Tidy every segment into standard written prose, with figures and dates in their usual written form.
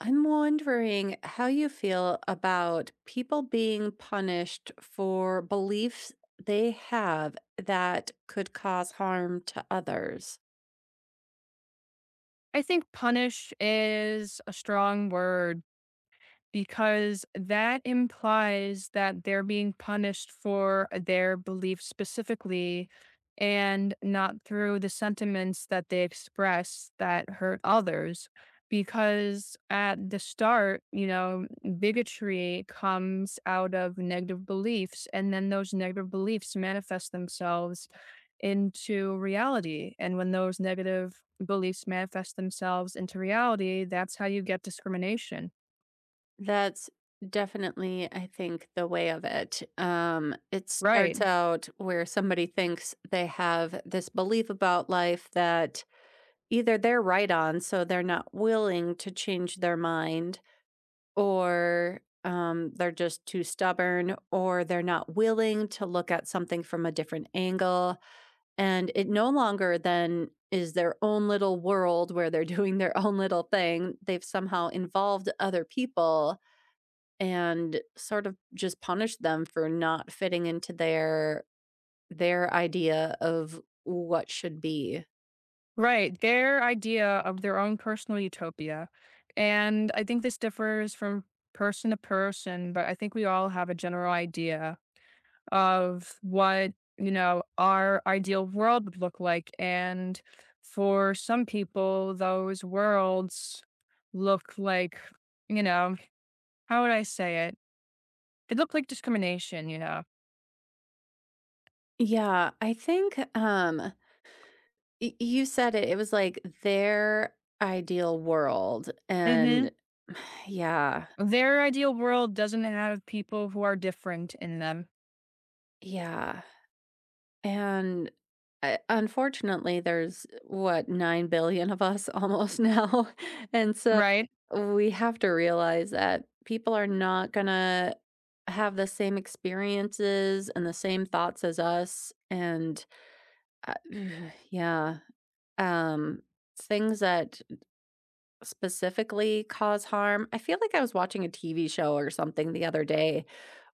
I'm wondering how you feel about people being punished for beliefs they have that could cause harm to others. I think punish is a strong word. Because that implies that they're being punished for their beliefs specifically and not through the sentiments that they express that hurt others. Because at the start, you know, bigotry comes out of negative beliefs, and then those negative beliefs manifest themselves into reality. And when those negative beliefs manifest themselves into reality, that's how you get discrimination. That's definitely, I think, the way of it. It starts Right. out where somebody thinks they have this belief about life that either they're right on, so they're not willing to change their mind, or they're just too stubborn, or they're not willing to look at something from a different angle. And it no longer then is their own little world where they're doing their own little thing. They've somehow involved other people and sort of just punished them for not fitting into their idea of what should be. Right, their idea of their own personal utopia, and I think this differs from person to person, but I think we all have a general idea of what, you know, our ideal world would look like, and for some people, those worlds look like, you know, how would I say it? They look like discrimination, you know? Yeah, I think Y you said it, it was like their ideal world, Mhm. and yeah, Their ideal world doesn't have people who are different in them, yeah, and, unfortunately, there's, what, 9,000,000,000 of us almost now, and so right? we have to realize that people are not gonna have the same experiences and the same thoughts as us, and, uh yeah, um, things that specifically cause harm? I feel like I was watching a TV show or something the other day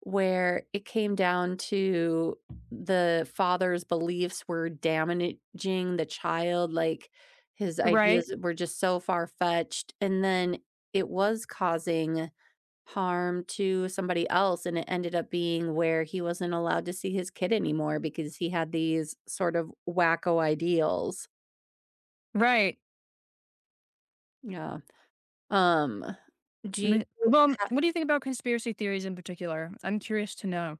where it came down to the father's beliefs were damaging the child, like, his Right. ideas were just so far-fetched, and then it was causing harm to somebody else, and it ended up being where he wasn't allowed to see his kid anymore because he had these sort of wacko ideals. Right. Yeah. Um, do you Me well, what do you think about conspiracy theories in particular? I'm curious to know.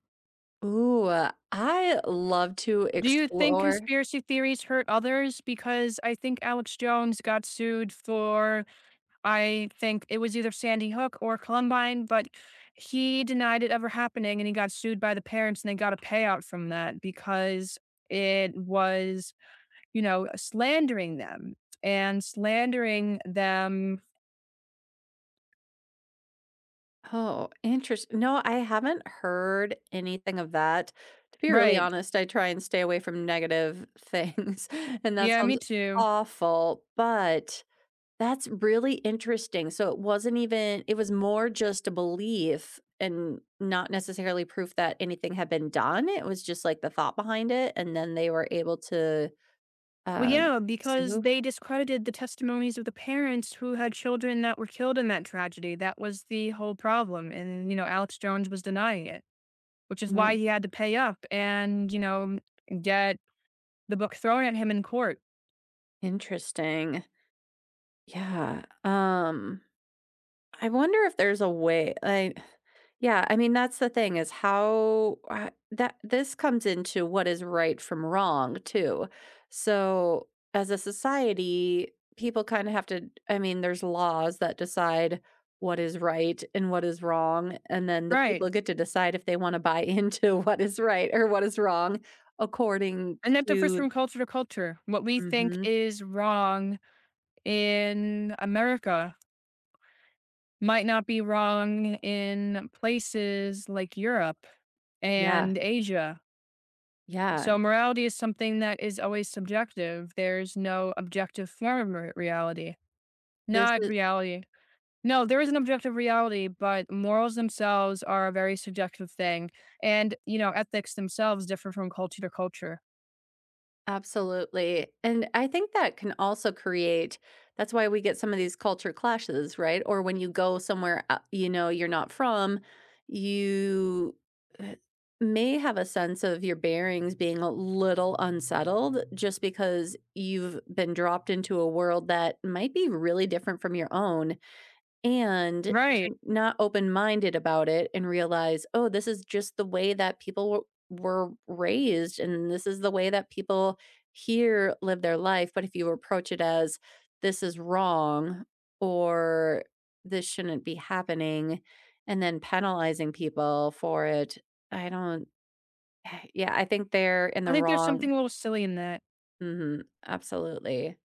I love to Do you think explore. conspiracy theories hurt others? Because I think Alex Jones got sued for I think it was either Sandy Hook or Columbine, but he denied it ever happening, and he got sued by the parents, and they got a payout from that because it was, you know, slandering them and slandering them. Oh, interesting! No, I haven't heard anything of that. To be really Right. honest, I try and stay away from negative things, and that Yeah, me sounds too. awful, but that's really interesting. So it wasn't even it was more just a belief and not necessarily proof that anything had been done. It was just like the thought behind it, and then they were able to, Well, um, yeah, because sue? they discredited the testimonies of the parents who had children that were killed in that tragedy. That was the whole problem. And, you know, Alex Jones was denying it, which is Mo why he had to pay up and, you know, get the book thrown at him in court. interesting. Yeah, I wonder if there's a way I yeah, I mean, that's the thing is how that this comes into what is right from wrong too. So, as a society, people kind of have to I mean, there's laws that decide what is right and what is wrong, and then the Right. people get to decide if they want to buy into what is right or what is wrong according And that differs to from culture to culture. What we think mhm. is wrong in America might not be wrong in places like Europe Yeah, and Asia. yeah. So morality is something that is always subjective. There's no objective form of re- reality. This Not is reality. No, there is an objective reality, but morals themselves are a very subjective thing. And, you know, ethics themselves differ from culture to culture. absolutely. And I think that can also create that's why we get some of these culture clashes, right? Or when you go somewhere, you know, you're not from, you uh, may have a sense of your bearings being a little unsettled just because you've been dropped into a world that might be really different from your own and if Right. you're not open-minded about it and realize, "Oh, this is just the way that people were raised, and this is the way that people here live their life," but if you approach it as, "This is wrong," or "This shouldn't be happening," and then penalizing people for it, I don't yeah, I think they're in I the think there's wrong. something a little silly in that. Mhm. Absolutely.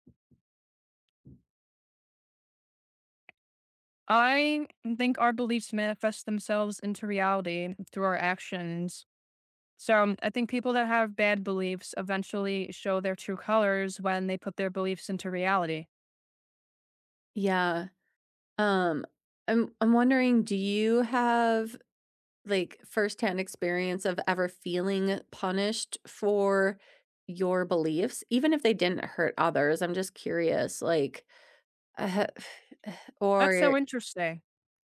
I think our beliefs manifest themselves into reality through our actions. So I think people that have bad beliefs eventually show their true colors when they put their beliefs into reality. Yeah. Um, I'm wondering, do you have, like, firsthand experience of ever feeling punished for your beliefs, even if they didn't hurt others? I'm just curious, like, uh, That's so or interesting.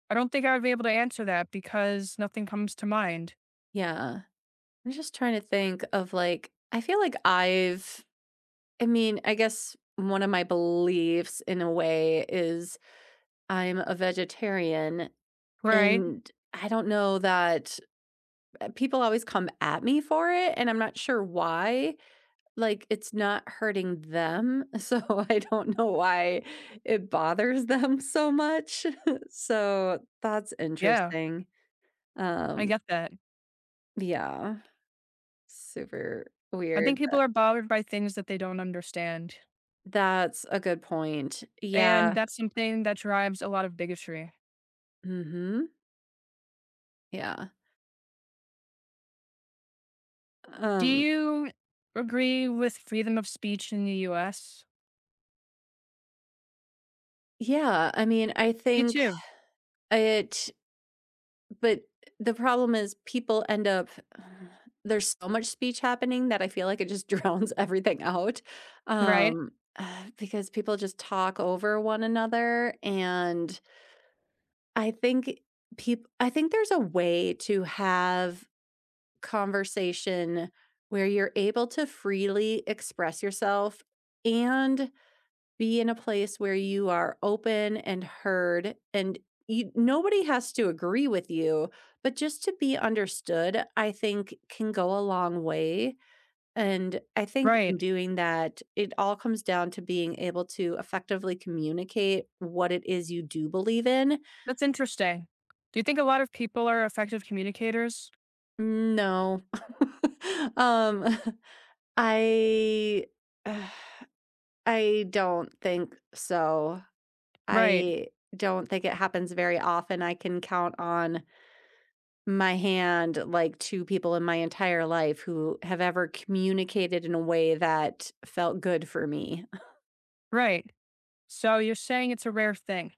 I don't think I would be able to answer that because nothing comes to mind. yeah. I'm just trying to think of like, I feel like I mean, I guess one of my beliefs in a way is I'm a vegetarian Right? and I don't know that people always come at me for it and I'm not sure why. Like it's not hurting them. So I don't know why it bothers them so much. So that's Yeah, interesting. I Um, get that. yeah, super I think weird. people are bothered by things that they don't understand, That's a good point. and Yeah. that's something that drives a lot of bigotry. Mhm. Yeah. Do Um, you agree with freedom of speech in the US? yeah, I mean, I Me think too. it but the problem is people end up there's so much speech happening that I feel like it just drowns everything out, Right? um, because people just talk over one another, and I think people. I think there's a way to have conversation where you're able to freely express yourself and be in a place where you are open and heard and nobody has to agree with you, but just to be understood, I think can go a long way. And I think in Right. doing that, it all comes down to being able to effectively communicate what it is you do believe in. That's interesting. Do you think a lot of people are effective communicators? No. um I I don't think so. Right. I don't think it happens very often. I can count on my hand like to people in my entire life who have ever communicated in a way that felt good for me. Right. So you're saying it's a rare thing.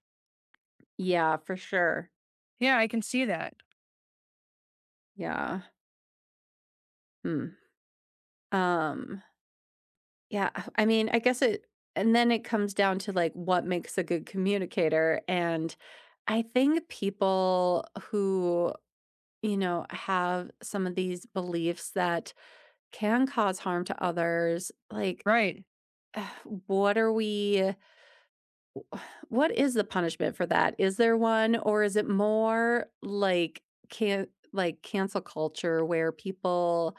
Yeah, for sure. Yeah, I can see that. Yeah. Hmm. Um, yeah, I mean, I guess it and then it comes down to like what makes a good communicator. And I think people who, you know, have some of these beliefs that can cause harm to others, like, Right. what are we what is the punishment for that? Is there one or is it more like can like cancel culture where people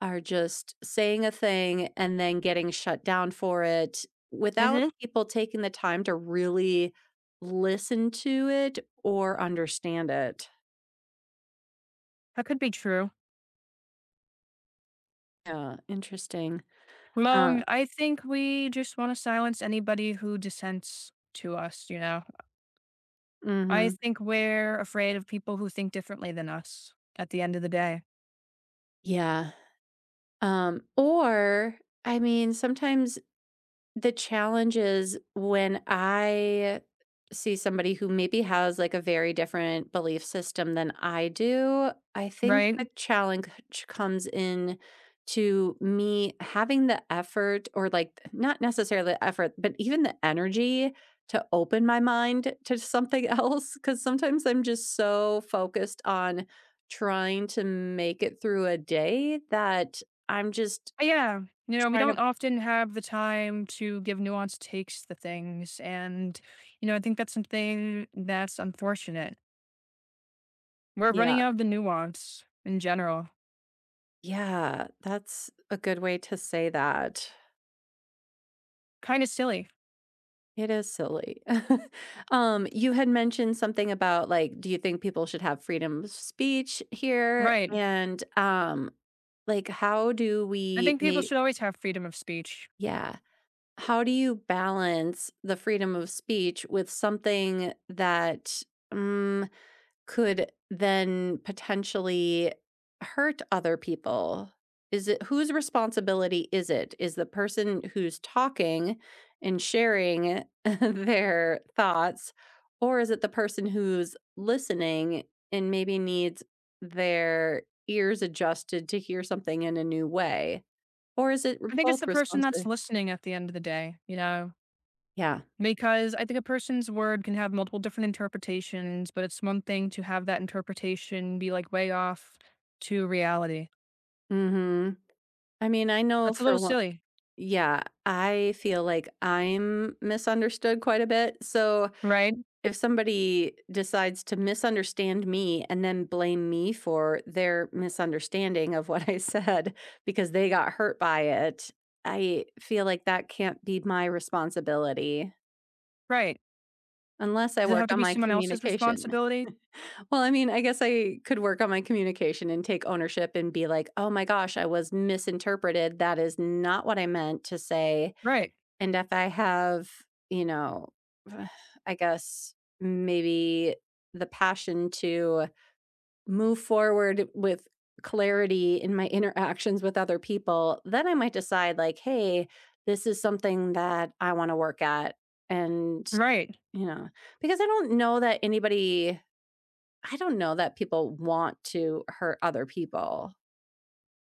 are just saying a thing and then getting shut down for it without Mhm. people taking the time to really listen to it or understand it? That could be true. Yeah, interesting. Uh, I think we just want to silence anybody who dissents to us, you know. I mhm. think we're afraid of people who think differently than us at the end of the day, Yeah. Or I mean, sometimes the challenge is when I see somebody who maybe has, like, a very different belief system than I do, I think right? the challenge comes in to me having the effort or, like, not necessarily the effort, but even the energy to open my mind to something else. Because sometimes I'm just so focused on trying to make it through a day that I'm just Yeah, we trying to don't often have the time to give nuanced takes to things. And, you know, I think that's something that's unfortunate. We're running yeah. out of the nuance in general. Yeah, that's a good way to say that. Kind of silly, It is silly. You had mentioned something about, like, do you think people should have freedom of speech here? right? And, like, how do I we think people make should always have freedom of speech. yeah. How do you balance the freedom of speech with something that, mm could then potentially hurt other people. Is it whose responsibility is it? Is the person who's talking and sharing their thoughts, or is it the person who's listening and maybe needs their ears adjusted to hear something in a new way? Or is it I think it's both the person that's responsible? listening at the end of the day, you know. Yeah. Because I think a person's word can have multiple different interpretations, but it's one thing to have that interpretation be, like, way off to reality. Mhm. I mean, I know That's a for little one silly, yeah, I feel like I'm misunderstood quite a bit. So right? if somebody decides to misunderstand me and then blame me for their misunderstanding of what I said because they got hurt by it, I feel like that can't be my responsibility Right. unless I Does it work have to on be my someone else's communication. responsibility? Well, I mean, I guess I could work on my communication and take ownership and be like, oh my gosh, I was misinterpreted. That is not what I meant to say. Right, And if I have, you know, uh, I guess maybe the passion to move forward with clarity in my interactions with other people, then I might decide, like, hey, this is something that I want to work at. And, right. you know, because I don't know that anybody, I don't know that people want to hurt other people.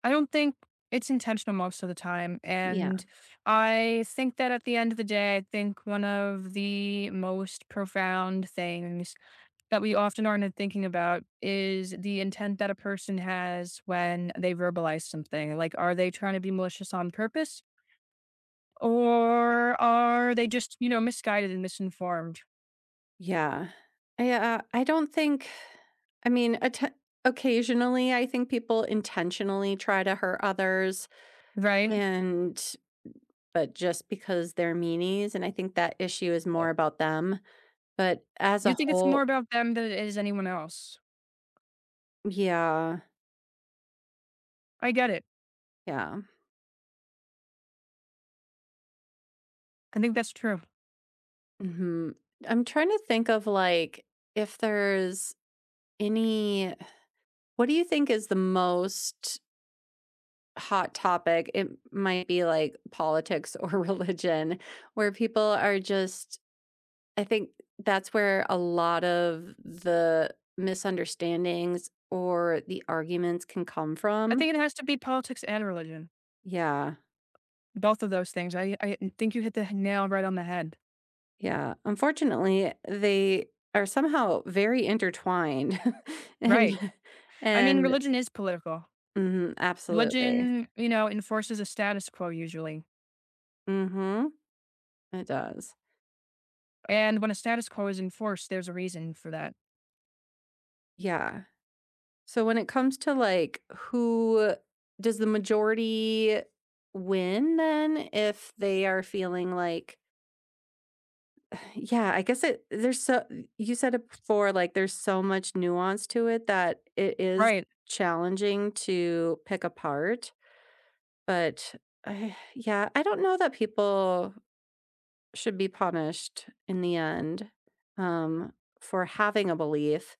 I don't think it's intentional most of the time, Yeah. and I think that at the end of the day, I think one of the most profound things that we often aren't thinking about is the intent that a person has when they verbalize something. Like, are they trying to be malicious on purpose or are they just, you know, misguided and misinformed? Yeah. Yeah. I don't think. I mean, atten occasionally, I think people intentionally try to hurt others Right? and but just because they're meanies, and I think that issue is more Oh, about them. But as a you think it's whole more about them than it is anyone else. yeah, I get it. yeah, I think that's true. mhm. I'm trying to think of, like, if there's any what do you think is the most hot topic? It might be, like, politics or religion, where people are just I think that's where a lot of the misunderstandings or the arguments can come I from. think it has to be politics and religion. Yeah. Both of those things. I think you hit the nail right on the head. Yeah. Unfortunately, they are somehow very intertwined and Right. I mean, and religion is political. mhm, absolutely. Religion, you know, enforces a status quo usually. Mhm. It does. And when a status quo is enforced, there's a reason for that. Yeah. So when it comes to like who does the majority win then if they are feeling like yeah, I guess it there's so you said it before, like there's so much nuance to it that it is Right. challenging to pick apart. But I, yeah, I don't know that people should be punished in the end um, for having a belief,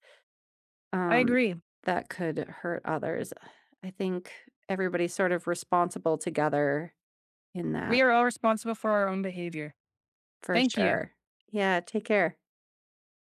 I um, agree. that could hurt others. I think everybody's sort of responsible together in that We are all responsible for our own behavior. for Thank you. sure. Yeah, take care.